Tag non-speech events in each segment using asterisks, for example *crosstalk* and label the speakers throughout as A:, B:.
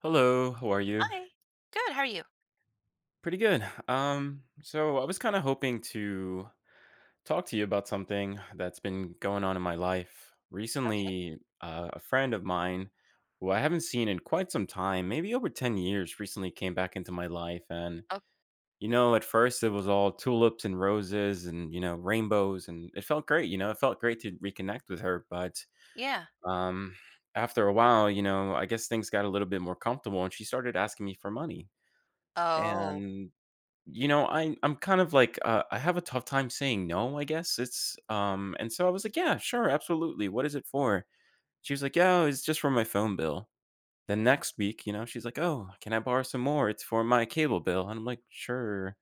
A: Hello, how are you?
B: Hi. Good, how are you?
A: Pretty good. So I was kind of hoping to talk to you about something that's been going on in my life.
B: Okay.
A: Recently, a friend of mine who I haven't seen in quite some time, maybe over 10 years, recently came back into my life. And,
B: Oh,
A: you know, at first it was all tulips and roses and rainbows. And it felt great. It felt great to reconnect with her. But
B: yeah.
A: um, after a while, I guess things got a little bit more comfortable and she started asking me for money.
B: Oh.
A: And I'm kind of like, I have a tough time saying no, I guess. It's and so I was like, "Yeah, sure, absolutely. What is it for?" She was like, "Yeah, it's just for my phone bill." The next week, she's like, "Oh, can I borrow some more? It's for my cable bill." And I'm like, "Sure."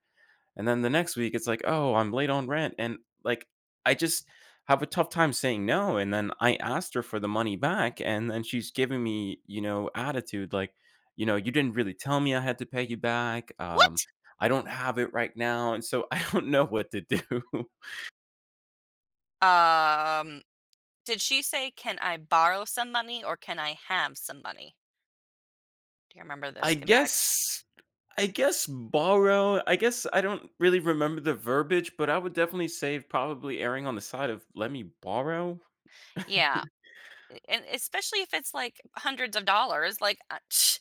A: And then the next week, it's like, oh, I'm late on rent. And like, I just have a tough time saying no. And then I asked her for the money back. And then she's giving me attitude like, you didn't really tell me I had to pay you back.
B: What?
A: I don't have it right now. And so *laughs* I don't know what to do. *laughs*
B: Um, did she say, "Can I borrow some money or can I have some money?" Do you remember the
A: I
B: schematic?
A: guess I guess borrow. I guess I don't really remember the verbiage, but I would definitely say probably erring on the side of let me borrow.
B: Yeah, a and especially if it's, like, hundreds of dollars, like, *sniffs*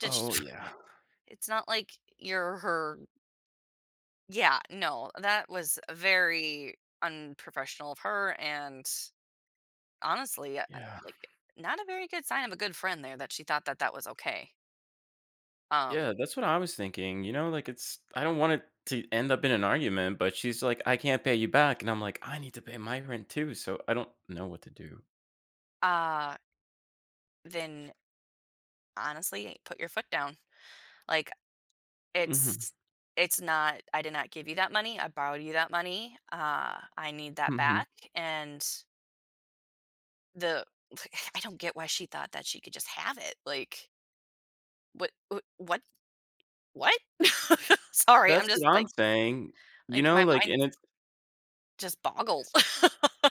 B: did
A: Oh
B: sh *laughs*
A: yeah.
B: *sniffs* it's not like you're her yeah, no, that was very unprofessional of her and honestly,
A: Yeah.
B: like, not a very good sign of a good friend there that she thought that that was okay.
A: Yeah,
B: Um,
A: that's what I was thinking, like, it's I don't want it to end up in an argument, but she's like, "I can't pay you back," and I'm like, "I need to pay my rent too, so I don't know what to do."
B: uh then honestly, put your foot down. Like,
A: Mhm,
B: it's it's not I did not give you that money, I borrowed you that money, I need that
A: mhm.
B: back, and the *laughs* I don't get why she thought that she could just have it, like, what what what what? *laughs* Sorry,
A: That's
B: I'm just,
A: what I'm saying, you
B: like,
A: know,
B: my
A: like,
B: mind
A: and it's
B: just boggled. *laughs*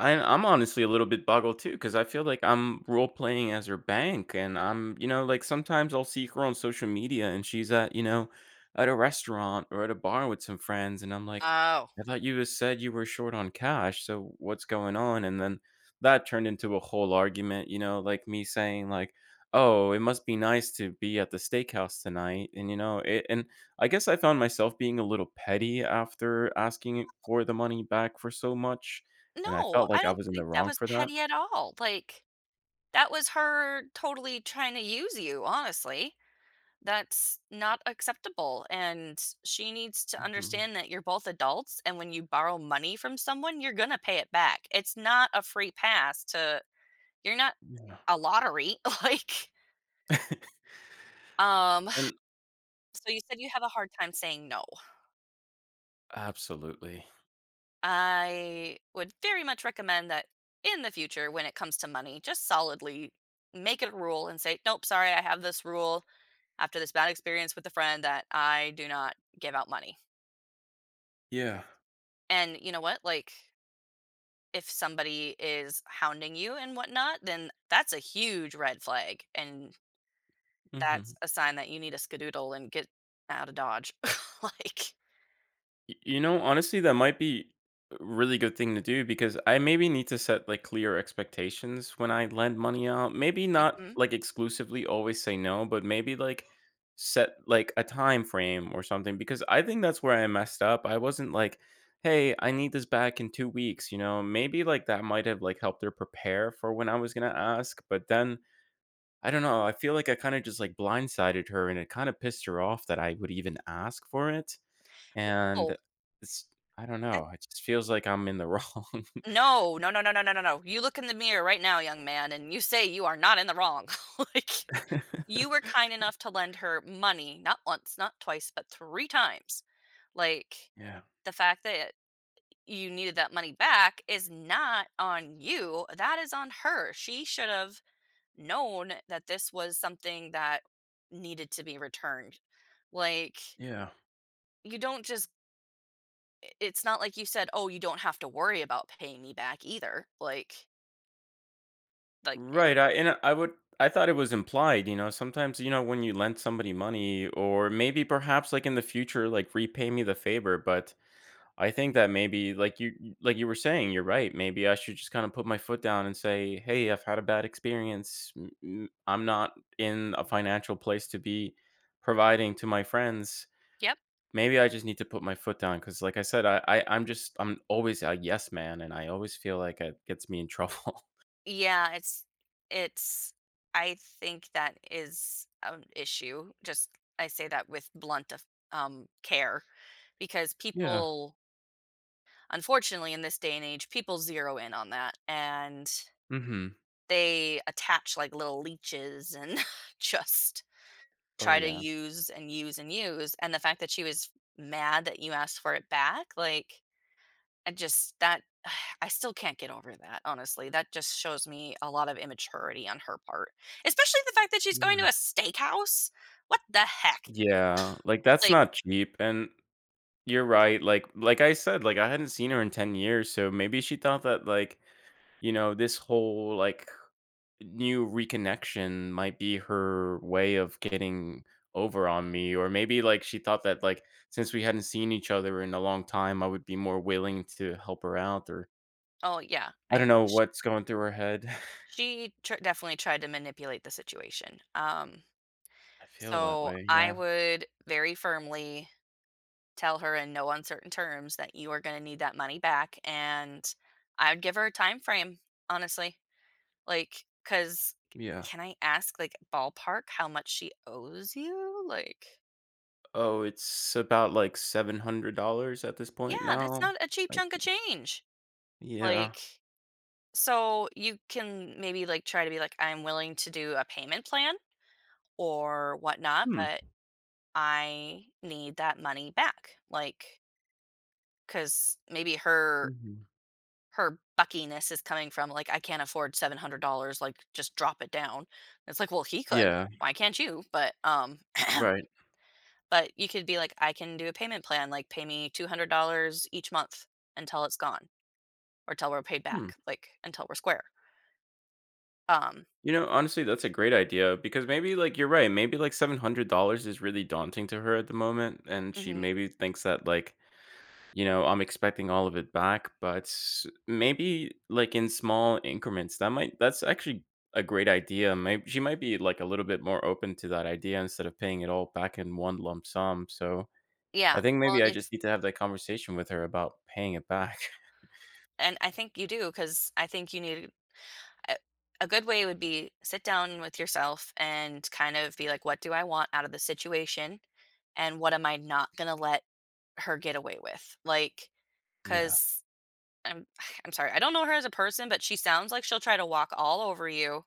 A: I'm honestly a little bit boggled too, because I feel like I'm role playing as her bank, and I'm, like sometimes I'll see her on social media, and she's at a restaurant or at a bar with some friends, and I'm like,
B: Oh.
A: I thought you just said you were short on cash, so what's going on? And then that turned into a whole argument, like me saying like, oh, it must be nice to be at the steakhouse tonight, and and I guess I found myself being a little petty after asking for the money back for so much and I
B: No,
A: felt
B: I
A: like I
B: don't
A: was in the
B: think that
A: wrong
B: was
A: for that.
B: petty at all, like, that was her totally trying to use you, honestly. That's not acceptable. And she needs to
A: Mhm,
B: understand that you're both adults. And when you borrow money from someone, you're going to pay it back. It's not a free pass to, you're not
A: yeah,
B: a lottery. *laughs* Like, um,
A: and
B: so you said you have a hard time saying no.
A: absolutely.
B: I would very much recommend that in the future, when it comes to money, just solidly make it a rule and say, nope, sorry, I have this rule after this bad experience with a friend that I do not give out money.
A: Yeah,
B: And you know what? Like, if somebody is hounding you and whatnot, then that's a huge red flag, and
A: mhm.
B: that's a sign that you need a skedaddle and get out of Dodge. *laughs* Like,
A: Honestly, that might be a really good thing to do because I maybe need to set, like, clear expectations when I lend money out. Maybe not,
B: mhm.
A: like, exclusively always say no, but maybe, like, set, like, a time frame or something because I think that's where I messed up. I wasn't like, "Hey, I need this back in 2 weeks," you know? Maybe, like, that might have, like, helped her prepare for when I was gonna ask, but then I don't know. I feel like I kind of just like blindsided her and it kind of pissed her off that I would even ask for it. And
B: Oh,
A: it's, I don't
B: that
A: know. It just feels like I'm in the wrong.
B: no, no, no, no, no, no, no, no. You look in the mirror right now, young man, and you say you are not in the wrong. *laughs* Like,
A: *laughs*
B: you were kind enough to lend her money, not once, not twice, but 3 times. Like,
A: Yeah.
B: the fact that you needed that money back is not on you, that is on her. She should have known that this was something that needed to be returned. Like,
A: Yeah.
B: you don't just it's not like you said, "Oh, you don't have to worry about paying me back either." Like it,
A: Right. I, and I would, I thought it was implied, sometimes, when you lend somebody money or maybe perhaps like in the future, like repay me the favor. But I think that maybe like you were saying, you're right. Maybe I should just kind of put my foot down and say, "Hey, I've had a bad experience. I'm not in a financial place to be providing to my friends."
B: yep.
A: Maybe I just need to put my foot down because, like I said, I'm just, I'm always a yes man, and I always feel like it gets me in trouble. *laughs*
B: Yeah, it's I think that is an issue. Just I say that with blunt of, care because
A: Yeah.
B: people unfortunately in this day and age people zero in on that and
A: Mm-hmm.
B: they attach like little leeches and *laughs* just
A: Oh
B: try to
A: yeah.
B: use and use and use, and the fact that she was mad that you asked for it back, like, I just that *sighs* I still can't get over that, honestly. That just shows me a lot of immaturity on her part, especially the fact that she's going to
A: Yeah.
B: a steakhouse. What the heck?
A: Yeah, like that's
B: Like,
A: not cheap. And you're right. Like I said, like I hadn't seen her in 10 years, so maybe she thought that like this whole like new reconnection might be her way of getting over on me. Or maybe like she thought that like since we hadn't seen each other in a long time, I would be more willing to help her out. Or
B: oh, yeah, I
A: I don't
B: think
A: know
B: sh
A: what's going through her head. *laughs*
B: she tr definitely tried to manipulate the situation,
A: I feel that
B: so
A: way.
B: I
A: Yeah.
B: would very firmly tell her in no uncertain terms that you are going to need that money back and I'd give her a time frame honestly like because
A: Yeah.
B: can I ask like ballpark how much she owes you like
A: Oh, it's about like $700 at this point
B: yeah, that's
A: now.
B: not a cheap
A: I
B: chunk of
A: think.
B: change
A: Yeah.
B: like so you can maybe like try to be like I'm willing to do a payment plan or whatnot
A: Hmm.
B: but I need that money back like because maybe her
A: Mhm.
B: her buckiness is coming from, like, "I can't afford $700, like, just drop it down." It's like, "Well, he could.
A: Yeah.
B: Why can't you?" *laughs*
A: Right.
B: *clears throat* But you could be like, "I can do a payment plan, like, pay me $200 each month until it's gone or till we're paid
A: Hmm.
B: back, like, until we're square." Um
A: Honestly, that's a great idea because maybe like you're right, maybe like $700 is really daunting to her at the moment and she
B: mhm.
A: maybe thinks that like, I'm expecting all of it back, but maybe like in small increments. That's actually a great idea. Maybe she might be like a little bit more open to that idea instead of paying it all back in one lump sum. So, I
B: Yeah.
A: think
B: Well,
A: maybe I
B: and if
A: just need to have that conversation with her about paying it back. *laughs*
B: and I think you do because I think you need a a good way would be sit down with yourself and kind of be like, "What do I want out of the situation? And what am I not gonna let her get away with, like,
A: Yeah.
B: because I 'cause I'm *sighs* I'm sorry, I don't know her as a person, but she sounds like she'll try to walk all over you,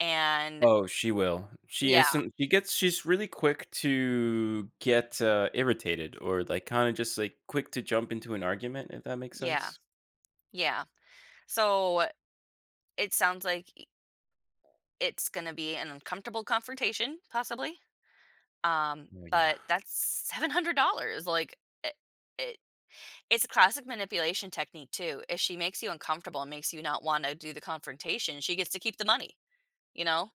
B: and
A: Oh, she will. She
B: yeah,
A: instant she gets she's really quick to get, irritated or, like, kinda just, like, quick to jump into an argument, if that makes
B: yeah,
A: sense.
B: yeah. So, it sounds like I it's gonna be an uncomfortable confrontation, possibly,
A: Oh, yeah.
B: but that's $700, like, it it it's a classic manipulation technique too, if she makes you uncomfortable and makes you not wanna do the confrontation, she gets to keep the money, you know?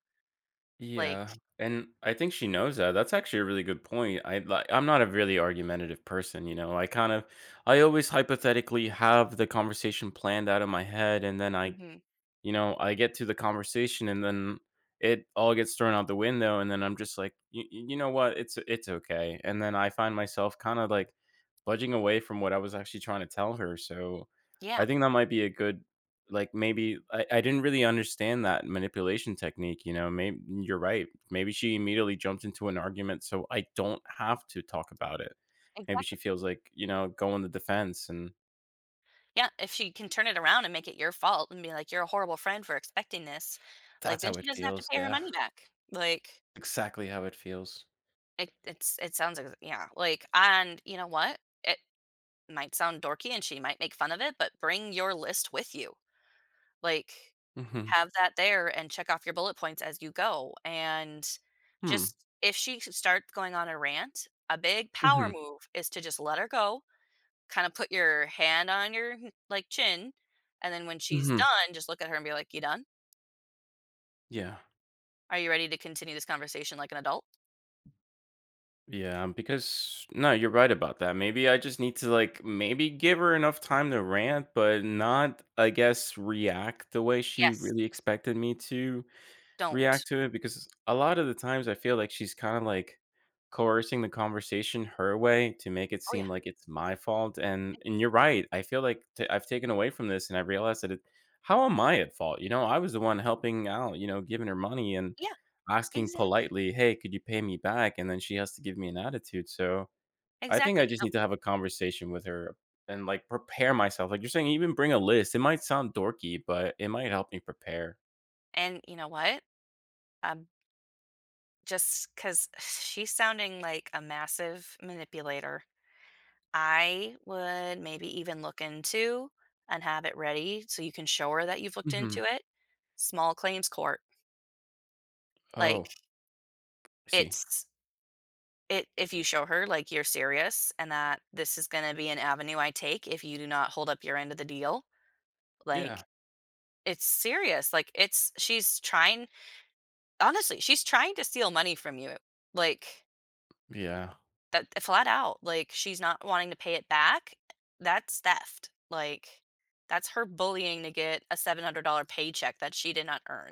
B: Like,
A: Yeah, and I think she knows that. That's actually a really good point. I like. I'm not a really argumentative person, you know? I kind of I always hypothetically have the conversation planned out in my head, and then I
B: mhm.
A: you know, I get to the conversation and then it all gets thrown out the window and then I'm just like, "You know what? It's okay." And then I find myself kinda, like, budging away from what I was actually trying to tell her, so I
B: Yeah,
A: think that might be a good like, maybe I didn't really understand that manipulation technique, you know? Maybe you're right. Maybe she immediately jumped into an argument so I don't have to talk about it. Maybe she
B: exactly.
A: feels like, go on the defense, and
B: Yeah, if she can turn it around and make it your fault and be like, "You're a horrible friend for expecting this," like,
A: that's
B: then
A: how
B: she
A: it
B: doesn't have to
A: feels,
B: pay her
A: yeah.
B: money
A: *laughs*
B: back. Like,
A: Exactly how it feels.
B: it it's it sounds ex yeah, like, and you know what? It might sound dorky and she might make fun of it, but bring your list with you. Like,
A: Mhm.
B: have that there and check off your bullet points as you go, and
A: Hmm.
B: just if she starts going on a rant, a big power
A: Mhm.
B: move is to just let her go kind of put your hand on your, like, chin, and then when she's
A: Mhm.
B: done, just look at her and be like, "You done?
A: Yeah.
B: Are you ready to continue this conversation like an adult?"
A: Yeah, because no, you're right about that. Maybe I just need to like maybe give her enough time to rant, but not, I guess, react the way she
B: Yes.
A: really expected me to.
B: Don't.
A: React to it because a lot of the times I feel like she's kind of like coercing the conversation her way to make it
B: Oh,
A: seem
B: yeah.
A: like it's my fault. And
B: And
A: and you're right. I feel like I've taken away from this, and I realized that it, how am I at fault? I was the one helping out. Giving her money and
B: yeah,
A: asking
B: exactly.
A: politely, "Hey, could you pay me back?" And then she has to give me an attitude. So I think I
B: Exactly.
A: just
B: No.
A: need to have a conversation with her and like prepare myself. Like you're saying, even bring a list. It might sound dorky, but it might help me prepare.
B: And you know what? Um, because *sighs* she's sounding like a massive manipulator, I would maybe even look into and have it ready so you can show her that you've looked
A: Hmm.
B: into it, small claims court. Like,
A: Oh, I see.
B: it's it if you show her like you're serious and that this is going to be an avenue I take if you do not hold up your end of the deal, like
A: Yeah.
B: it's serious. Like it's she's trying honestly, she's trying to steal money from you. Like
A: Yeah.
B: that flat out. Like she's not wanting to pay it back. That's theft. Like that's her bullying to get a $700 paycheck that she did not earn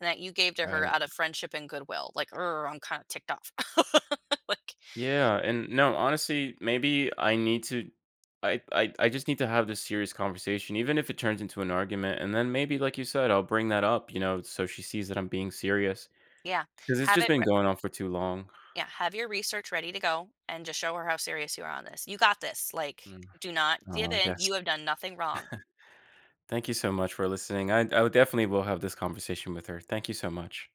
B: and that you gave to her
A: Right.
B: out of friendship and goodwill. Like, "Ugh, I'm kind of ticked off. *laughs* Like,
A: Yeah, and no, honestly, maybe I just need to have this serious conversation, even if it turns into an argument, and then maybe, like you said, I'll bring that up, so she sees that I'm being serious,
B: yeah,
A: because it's
B: have
A: just
B: it
A: been going on for too long.
B: yeah, have your research ready to go and just show her how serious you are on this. You got this. Like,
A: Mm.
B: do not give
A: Aw,
B: in.
A: yes.
B: You have done nothing wrong.
A: Thank you so much for listening. I would definitely will have this conversation with her. Thank you so much.